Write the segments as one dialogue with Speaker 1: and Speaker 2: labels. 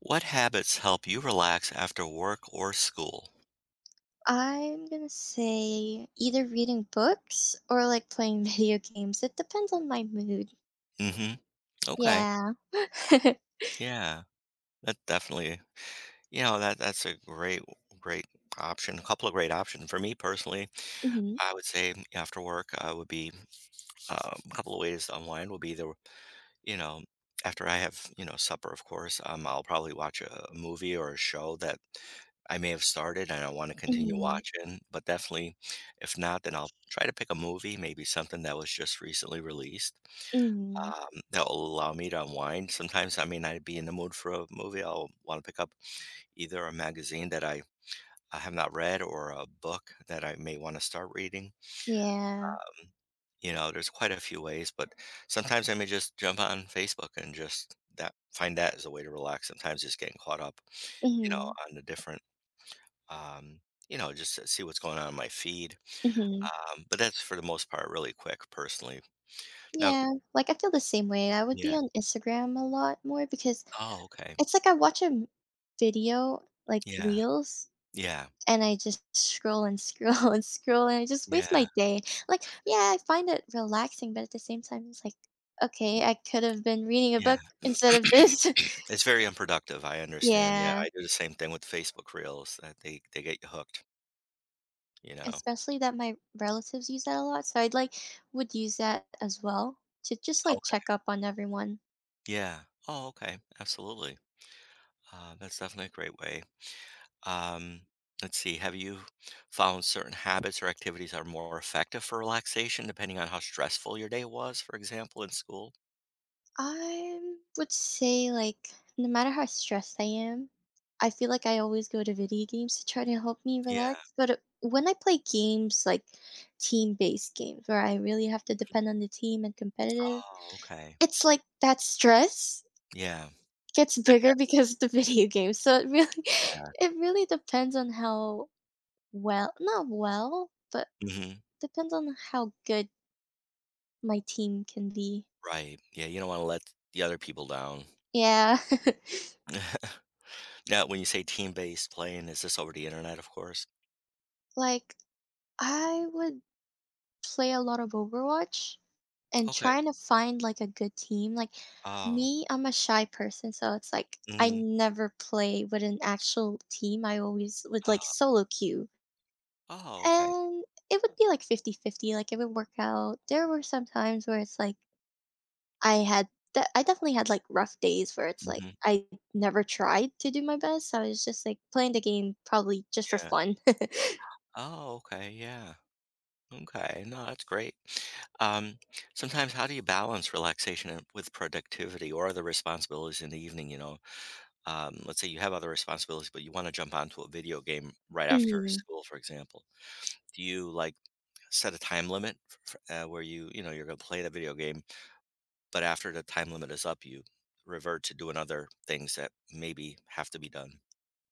Speaker 1: What habits help you relax after work or school?
Speaker 2: I'm gonna say either reading books or like playing video games. It depends on my mood.
Speaker 1: Mhm. Okay.
Speaker 2: Yeah.
Speaker 1: Yeah. That definitely, that's a great option, a couple of great options. For me personally,
Speaker 2: Hmm.
Speaker 1: I would say after work, I would be, a couple of ways to unwind would be the. you know, After I have, supper, of course, I'll probably watch a movie or a show that I may have started and I want to continue
Speaker 2: Hmm.
Speaker 1: watching. But definitely, if not, then I'll try to pick a movie, maybe something that was just recently released,
Speaker 2: Hmm.
Speaker 1: that will allow me to unwind. Sometimes I may not be in the mood for a movie. I'll want to pick up either a magazine that I have not read or a book that I may want to start reading
Speaker 2: Yeah.
Speaker 1: you know, There's quite a few ways, but sometimes I may just jump on Facebook and just that find that as a way to relax. Sometimes just getting caught up, you know,
Speaker 2: Hmm.
Speaker 1: on the different, um, just to see what's going on in my feed.
Speaker 2: Hmm.
Speaker 1: But that's for the most part really quick, personally. Now,
Speaker 2: Yeah. Like I feel the same way. I would be
Speaker 1: yeah.
Speaker 2: on Instagram a lot more because
Speaker 1: Oh, okay.
Speaker 2: it's like I watch video like
Speaker 1: Yeah.
Speaker 2: reels.
Speaker 1: Yeah.
Speaker 2: And I just scroll and scroll and scroll, and I just waste
Speaker 1: Yeah.
Speaker 2: my day. Like, yeah, I find it relaxing, but at the same time, it's like, okay, I could have been reading a
Speaker 1: Yeah.
Speaker 2: book instead of this.
Speaker 1: It's very unproductive. I understand. Yeah,
Speaker 2: Yeah,
Speaker 1: I do the same thing with Facebook Reels. That they get you hooked. You know.
Speaker 2: especially that my relatives use that a lot. So I'd like would use that as well to just like
Speaker 1: Okay.
Speaker 2: check up on everyone.
Speaker 1: Yeah. Oh, okay. Absolutely. That's definitely a great way. Um, let's see. Have you found certain habits or activities are more effective for relaxation, depending on how stressful your day was, for example, in school?
Speaker 2: I would say, like, no matter how stressed I am, I feel like I always go to video games to try to help me
Speaker 1: Yeah.
Speaker 2: relax. But when I play games like team based games where I really have to depend on the team and competitive,
Speaker 1: Oh, okay.
Speaker 2: it's like that stress
Speaker 1: Yeah.
Speaker 2: gets bigger because of the video game. So it really,
Speaker 1: Yeah.
Speaker 2: it really depends on how well, not well, but
Speaker 1: Hmm.
Speaker 2: depends on how good my team can be.
Speaker 1: Right. Yeah. You don't want to let the other people down.
Speaker 2: Yeah.
Speaker 1: Now, when you say team-based playing, is this over the internet, of course?
Speaker 2: Like, I would play a lot of Overwatch and
Speaker 1: Okay.
Speaker 2: trying to find, like, a good team. Like,
Speaker 1: Oh.
Speaker 2: me, I'm a shy person, so it's like I
Speaker 1: Hmm.
Speaker 2: never play with an actual team. I always would, like,
Speaker 1: Uh,
Speaker 2: solo queue.
Speaker 1: oh, okay.
Speaker 2: And it would be like fifty fifty. Like, it would work out. There were some times where it's like I had I definitely had, like, rough days where it's like
Speaker 1: Hmm.
Speaker 2: I never tried to do my best. So I was just, like, playing the game probably just for
Speaker 1: Yeah.
Speaker 2: fun.
Speaker 1: Oh, okay. Yeah. Okay, no, that's great. Um, Sometimes, how do you balance relaxation with productivity or other responsibilities in the evening? Let's say you have other responsibilities, but you want to jump onto a video game right after
Speaker 2: Mhm.
Speaker 1: school, for example. Do you like set a time limit for, where you're going to play the video game, but after the time limit is up, you revert to doing other things that maybe have to be done?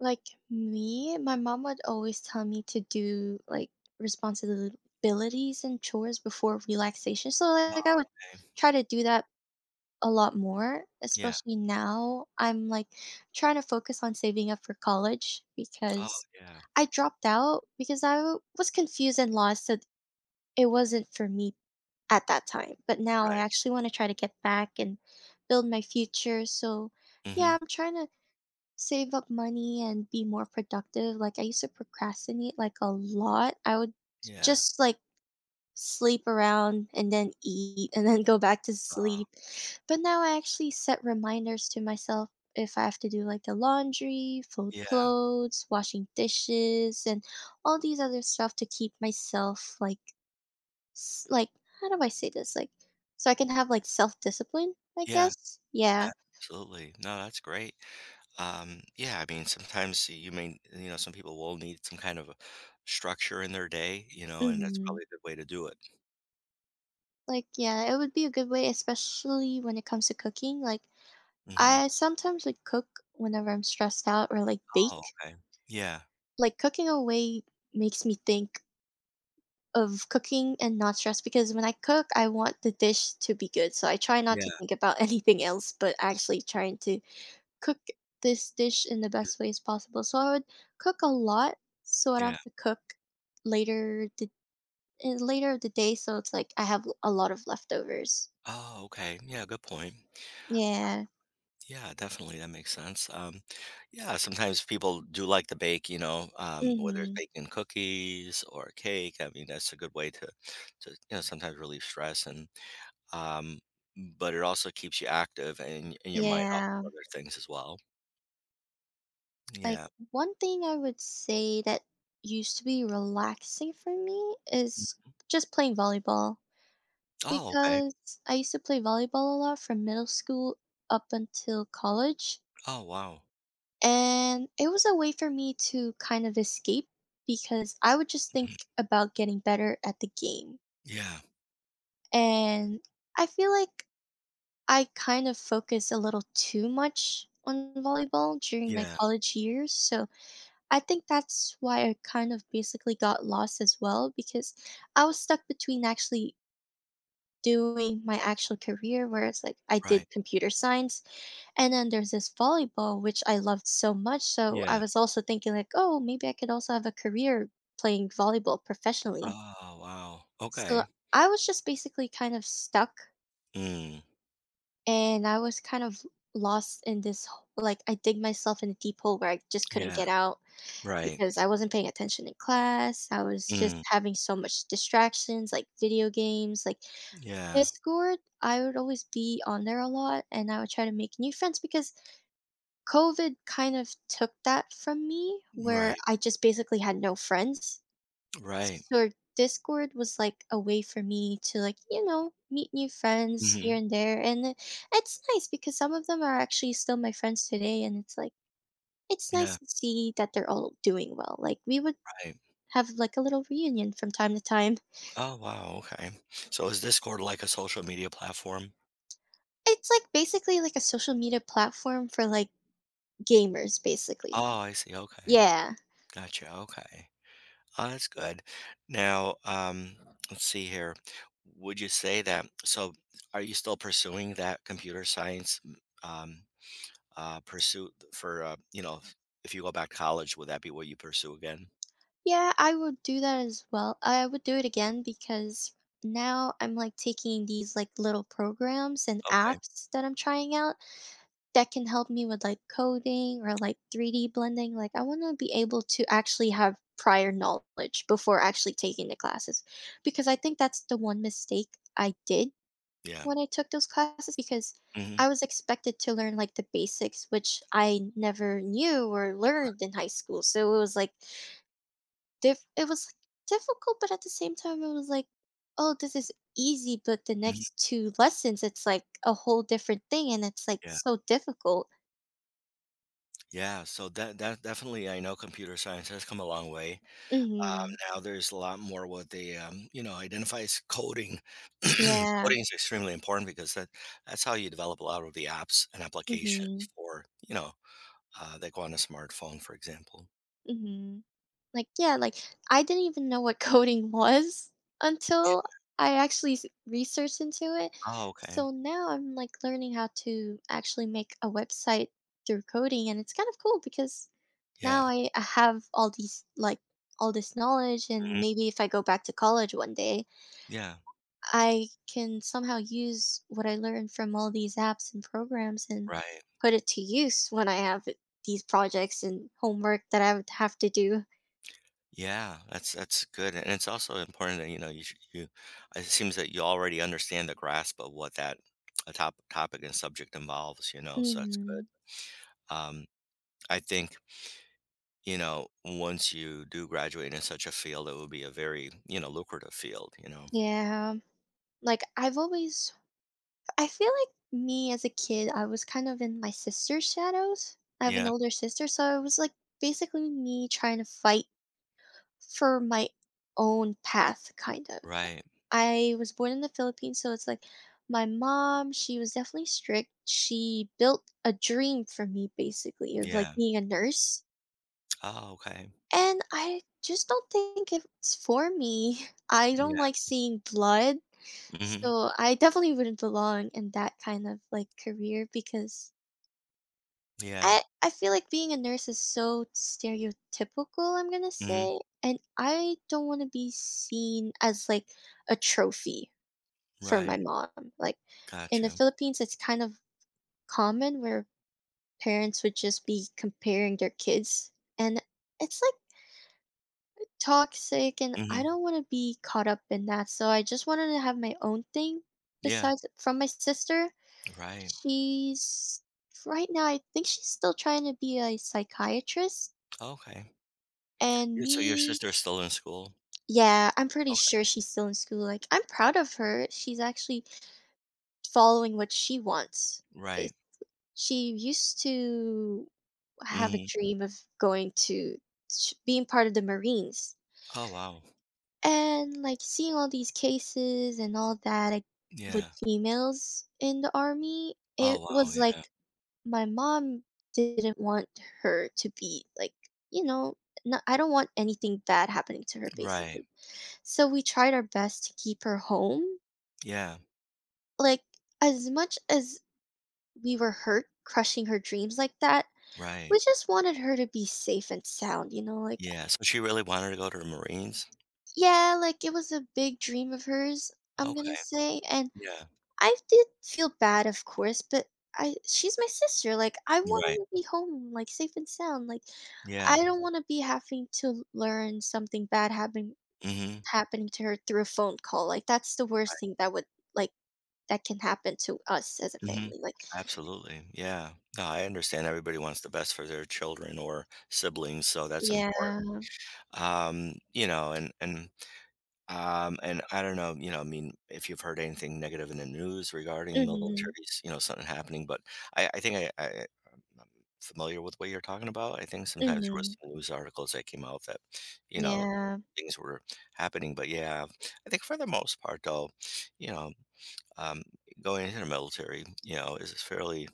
Speaker 2: Like me, my mom would always tell me to do like responsibilities and chores before relaxation. So like I
Speaker 1: Oh,
Speaker 2: would
Speaker 1: okay.
Speaker 2: try to do that a lot more,
Speaker 1: Yeah.
Speaker 2: especially now I'm like trying to focus on saving up for college
Speaker 1: Oh,
Speaker 2: because
Speaker 1: yeah.
Speaker 2: I dropped out because I was confused and lost that it wasn't for me at that time. But now I
Speaker 1: Right.
Speaker 2: actually want to try to get back and build my future. So
Speaker 1: Hmm.
Speaker 2: yeah, I'm trying to save up money and be more productive. Like I used to procrastinate like a lot. I would
Speaker 1: Yeah.
Speaker 2: just like sleep around and then eat and then go back to
Speaker 1: Uh,
Speaker 2: sleep. But now I actually set reminders to myself if I have to do like the laundry, fold
Speaker 1: yeah.
Speaker 2: clothes, washing dishes and all these other stuff to keep myself like like how do I say this? Like so I can have like self-discipline, I
Speaker 1: Yeah.
Speaker 2: guess. Yeah.
Speaker 1: Absolutely. No, that's great. Yeah, I mean, sometimes you may, some people will need some kind of a structure in their day, and that's
Speaker 2: Mhm.
Speaker 1: probably a good way to do it.
Speaker 2: Like, yeah, it would be a good way, especially when it comes to cooking. Like,
Speaker 1: Hmm.
Speaker 2: I sometimes like cook whenever I'm stressed out or like
Speaker 1: Oh,
Speaker 2: bake.
Speaker 1: okay. Yeah.
Speaker 2: Like cooking away makes me think of cooking and not stress because when I cook, I want the dish to be good. So I try not
Speaker 1: Yeah.
Speaker 2: to think about anything else, but actually trying to cook this dish in the best ways possible. So I would cook a lot so I don't
Speaker 1: Yeah.
Speaker 2: have to cook later the later of the day. So it's like I have a lot of leftovers.
Speaker 1: Oh, okay. Yeah, good point.
Speaker 2: Yeah.
Speaker 1: Yeah, definitely. That makes sense. Yeah, sometimes people do like to bake, whether it's
Speaker 2: Hmm.
Speaker 1: baking cookies or cake. I mean, that's a good way to, sometimes relieve stress and um, but it also keeps you active and your mind off
Speaker 2: Yeah.
Speaker 1: of other things as well.
Speaker 2: Like
Speaker 1: Yeah.
Speaker 2: one thing I would say that used to be relaxing for me
Speaker 1: Mm.
Speaker 2: is just playing volleyball
Speaker 1: Oh, okay.
Speaker 2: because I used to play volleyball a lot from middle school up until college.
Speaker 1: Oh, wow.
Speaker 2: And it was a way for me to kind of escape because I would just think
Speaker 1: Mhm.
Speaker 2: about getting better at the game.
Speaker 1: Yeah.
Speaker 2: And I feel like I kind of focus a little too much on volleyball during my
Speaker 1: Yeah.
Speaker 2: college years. So I think that's why I kind of basically got lost as well because I was stuck between actually doing my actual career where it's like I
Speaker 1: Right.
Speaker 2: did computer science and then there's this volleyball which I loved so much so I
Speaker 1: Yeah.
Speaker 2: was also thinking like oh maybe I could also have a career playing volleyball professionally.
Speaker 1: Oh, wow.
Speaker 2: So
Speaker 1: Okay.
Speaker 2: I was just basically kind of stuck
Speaker 1: Mm.
Speaker 2: and I was kind of lost in this like I dig myself in a deep hole where I just couldn't
Speaker 1: Yeah.
Speaker 2: get out.
Speaker 1: Right.
Speaker 2: Because I wasn't paying attention in class, I was just
Speaker 1: Mm.
Speaker 2: having so much distractions, like video games, like
Speaker 1: Yeah.
Speaker 2: Discord, I would always be on there a lot and I would try to make new friends because COVID kind of took that from me where
Speaker 1: Right.
Speaker 2: I just basically had no friends.
Speaker 1: Right.
Speaker 2: So Discord was like a way for me to like, meet new friends here
Speaker 1: Hmm.
Speaker 2: and there. And it's nice because some of them are actually still my friends today and it's like it's
Speaker 1: Yeah.
Speaker 2: nice to see that they're all doing well. Like we would
Speaker 1: Right.
Speaker 2: have, like, a little reunion from time to time.
Speaker 1: Oh, wow. Okay. So is Discord like a social media platform?
Speaker 2: It's, like, basically like a social media platform for, like, gamers,
Speaker 1: Oh,
Speaker 2: basically.
Speaker 1: I see. Okay.
Speaker 2: Yeah.
Speaker 1: Gotcha. Okay. Oh, that's good. Now, let's see here. Would you say that? So, are you still pursuing that computer science um, pursuit for you know? If you go back to college, would that be what you pursue again?
Speaker 2: Yeah, I would do that as well. I would do it again because now I'm, like, taking these, like, little programs and
Speaker 1: Okay.
Speaker 2: apps that I'm trying out that can help me with, like, coding or, like, 3D blending. Like, I wanna be able to actually have prior knowledge before
Speaker 1: Right.
Speaker 2: actually taking the classes because I think that's the one mistake I did
Speaker 1: Yeah.
Speaker 2: when I took those classes because
Speaker 1: Hmm.
Speaker 2: I was expected to learn like the basics, which I never knew or
Speaker 1: Right.
Speaker 2: learned in high school. So it was like it was difficult, but at the same time, it was like, oh, this is easy. But the
Speaker 1: Hmm.
Speaker 2: next two lessons, it's like a whole different thing, and it's like
Speaker 1: Yeah.
Speaker 2: so difficult.
Speaker 1: Yeah. So that definitely, I know computer science has come a long way. Um,
Speaker 2: Hmm.
Speaker 1: now there's a lot more what they, identify as coding.
Speaker 2: Yeah.
Speaker 1: Coding is extremely important because that's how you develop a lot of the apps and applications
Speaker 2: Hmm.
Speaker 1: for, that go on a smartphone, for example.
Speaker 2: Hmm. Like, yeah, like I didn't even know what coding was until
Speaker 1: Yeah.
Speaker 2: I actually researched into it.
Speaker 1: Oh, okay.
Speaker 2: So now I'm like learning how to actually make a website through coding and it's kind of cool because
Speaker 1: Yeah.
Speaker 2: now I have all these like all this knowledge and
Speaker 1: Mhm.
Speaker 2: maybe if I go back to college one day,
Speaker 1: Yeah.
Speaker 2: I can somehow use what I learned from all these apps and programs and
Speaker 1: Right.
Speaker 2: put it to use when I have these projects and homework that I would have to do.
Speaker 1: Yeah, that's good, and it's also important that you know you. It seems that you already understand the grasp of what that a top topic and subject involves. So that's good.
Speaker 2: Mhm.
Speaker 1: Um, I think once you do graduate in such a field, it would be a very, lucrative field, you know?
Speaker 2: Yeah. Like I feel like me as a kid, I was kind of in my sister's shadows. I have an
Speaker 1: Yeah,
Speaker 2: older sister, so it was like basically me trying to fight for my own path kind of.
Speaker 1: right.
Speaker 2: I was born in the Philippines, so it's like my mom, she was definitely strict. She built a dream for me basically of like
Speaker 1: Yeah.
Speaker 2: being a nurse.
Speaker 1: Oh, okay.
Speaker 2: And I just don't think it's for me. I don't
Speaker 1: Yeah.
Speaker 2: like seeing blood.
Speaker 1: Hmm.
Speaker 2: So, I definitely wouldn't belong in that kind of, like, career because
Speaker 1: Yeah.
Speaker 2: I feel like being a nurse is so stereotypical, I'm gonna
Speaker 1: Hmm.
Speaker 2: say, and I don't wanna be seen as, like, a trophy for
Speaker 1: Right.
Speaker 2: my mom. Like, in the
Speaker 1: Gotcha.
Speaker 2: Philippines, it's kind of common where parents would just be comparing their kids, and it's, like, toxic, and I
Speaker 1: Hmm.
Speaker 2: don't wanna be caught up in that, so I just wanted to have my own thing
Speaker 1: Yeah.
Speaker 2: besides from my sister.
Speaker 1: Right.
Speaker 2: She's right now, I think she's still trying to be a psychiatrist,
Speaker 1: Okay.
Speaker 2: and
Speaker 1: So your
Speaker 2: me
Speaker 1: sister's still in school?
Speaker 2: Yeah, I'm pretty sure
Speaker 1: Okay.
Speaker 2: she's still in school, like, I'm proud of her, she's actually following what she wants. Bas
Speaker 1: Right.
Speaker 2: She used to have a
Speaker 1: Hmm.
Speaker 2: dream of going to sh being part of the Marines,
Speaker 1: Oh, wow.
Speaker 2: and, like, seeing all these cases and all that, like, with
Speaker 1: Yeah.
Speaker 2: females in the Army,
Speaker 1: Oh,
Speaker 2: it
Speaker 1: wow.
Speaker 2: was
Speaker 1: Yeah.
Speaker 2: like my mom didn't want her to be like, you know, no, I don't want anything bad happening to her
Speaker 1: Right.
Speaker 2: basically. So we tried our best to keep her home.
Speaker 1: Yeah.
Speaker 2: Like as much as we were hurt crushing her dreams like that,
Speaker 1: Right.
Speaker 2: we just wanted her to be safe and sound, you know, like
Speaker 1: Yeah. So she really wanted to go to the Marines?
Speaker 2: yeah, like it was a big dream of hers, I'm going to
Speaker 1: Okay.
Speaker 2: say, and
Speaker 1: Yeah.
Speaker 2: I did feel bad of course, but I she's my sister, like I want her
Speaker 1: Right.
Speaker 2: to be home like safe and sound. Like I
Speaker 1: Yeah.
Speaker 2: don't wanna be having to learn something bad happening
Speaker 1: Hmm.
Speaker 2: happening to her through a phone call, like, that's the worst thing that would like, that can happen to us as a
Speaker 1: Mhm.
Speaker 2: family, like.
Speaker 1: Absolutely. Yeah. No, I understand everybody wants the best for their children or siblings, so that's
Speaker 2: Yeah.
Speaker 1: important. Um, you know, and and and I don't know, I mean, if you've heard anything negative in the news regarding
Speaker 2: Mhm.
Speaker 1: militaries, something happening, but I think I I'm familiar with what you're talking about. I think sometimes there was
Speaker 2: Mhm.
Speaker 1: some news articles that came out that, you know,
Speaker 2: Yeah.
Speaker 1: things were happening. But yeah, I think for the most part though, you know, um going into the military, is fairly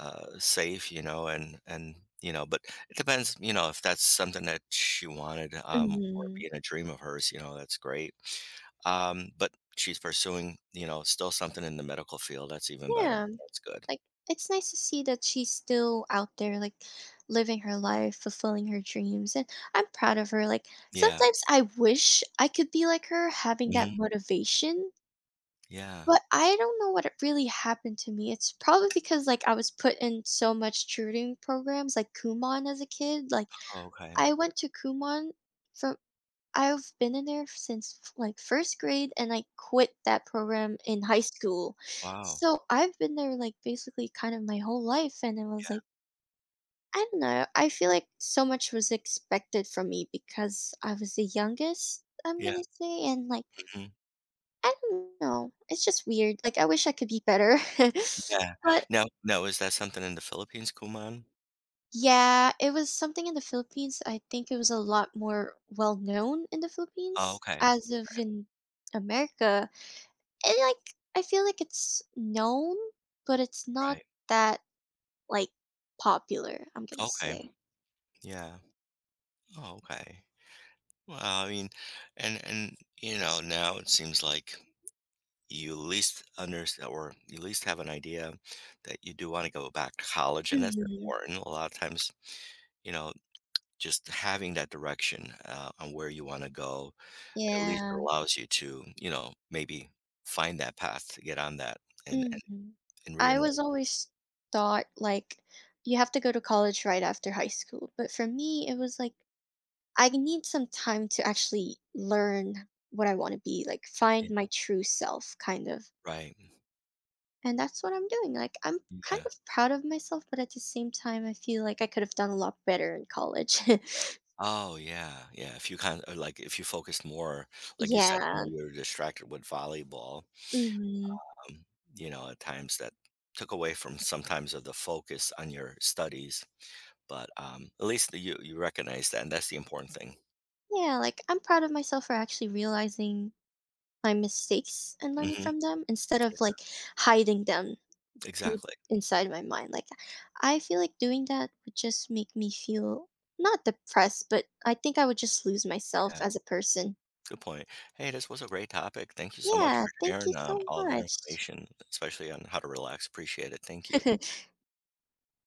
Speaker 1: safe, and but it depends, if that's something that she wanted, or
Speaker 2: Mhm.
Speaker 1: being a dream of hers, that's great. But she's pursuing, still something in the medical field. That's even better.
Speaker 2: Yeah,
Speaker 1: That's good.
Speaker 2: like, it's nice to see that she's still out there, like, living her life, fulfilling her dreams, and I'm proud of her, like,
Speaker 1: Yeah.
Speaker 2: sometimes I wish I could be like her, having that
Speaker 1: Hmm.
Speaker 2: motivation.
Speaker 1: Yeah.
Speaker 2: But I don't know what it really happened to me. It's probably because, like, I was put in so much tutoring programs, like Kumon as a kid. Like,
Speaker 1: Oh, okay.
Speaker 2: I went to Kumon from I've been in there since like first grade, and I quit that program in high school.
Speaker 1: Wow.
Speaker 2: So I've been there like basically kind of my whole life, and it was like I don't know. I feel like so much was expected from me because I was the youngest. I'm
Speaker 1: Yeah. Yeah.
Speaker 2: gonna say, and like
Speaker 1: Hmm.
Speaker 2: I don't know. It's just weird. Like, I wish I could be better.
Speaker 1: Yeah.
Speaker 2: But
Speaker 1: Now, is that something in the Philippines, Kuman?
Speaker 2: yeah, it was something in the Philippines. I think it was a lot more well known in the
Speaker 1: Oh,
Speaker 2: Philippines
Speaker 1: okay.
Speaker 2: as of in America. And like, I feel like it's known, but it's not
Speaker 1: Right.
Speaker 2: that like popular, I'm gonna
Speaker 1: Okay.
Speaker 2: say.
Speaker 1: Yeah. Oh, okay. Well, I mean, and now it seems like you at least understand, or you at least have an idea that you do want to go back to college, and that's
Speaker 2: Hmm.
Speaker 1: important a lot of times you know just having that direction on where you want to go at least
Speaker 2: Yeah.
Speaker 1: allows you to maybe find that path to get on that, and
Speaker 2: Hmm.
Speaker 1: and, and
Speaker 2: I
Speaker 1: re-enroll.
Speaker 2: was always thought like you have to go to college right after high school. But for me, it was like I need some time to actually learn what I want to be, like
Speaker 1: Yeah.
Speaker 2: find my true self, kind of.
Speaker 1: Right,
Speaker 2: And that's what I'm doing. Like, I'm kind
Speaker 1: yeah.
Speaker 2: of proud of myself, but at the same time, I feel like I could have done a lot better in college.
Speaker 1: Oh, yeah, yeah, if you kind of like if you focus more like you said, I know
Speaker 2: Yeah.
Speaker 1: you were distracted with volleyball,
Speaker 2: Hmm.
Speaker 1: um, at times that took away from sometimes of the focus on your studies. But, at least that you recognize that, and that's the important thing.
Speaker 2: Yeah. Like, I'm proud of myself for actually realizing my mistakes and learning
Speaker 1: Mhm.
Speaker 2: from them instead of like hiding them deep
Speaker 1: Exactly.
Speaker 2: inside my mind. Like I feel like doing that would just make me feel not depressed, but I think I would just lose myself
Speaker 1: Yeah,
Speaker 2: as a person.
Speaker 1: good point. Hey, this was a great topic. Thank you so much
Speaker 2: Yeah,
Speaker 1: for
Speaker 2: thank you
Speaker 1: sharing,
Speaker 2: so
Speaker 1: all that
Speaker 2: much.
Speaker 1: information, especially on how to relax. Appreciate it. Thank you.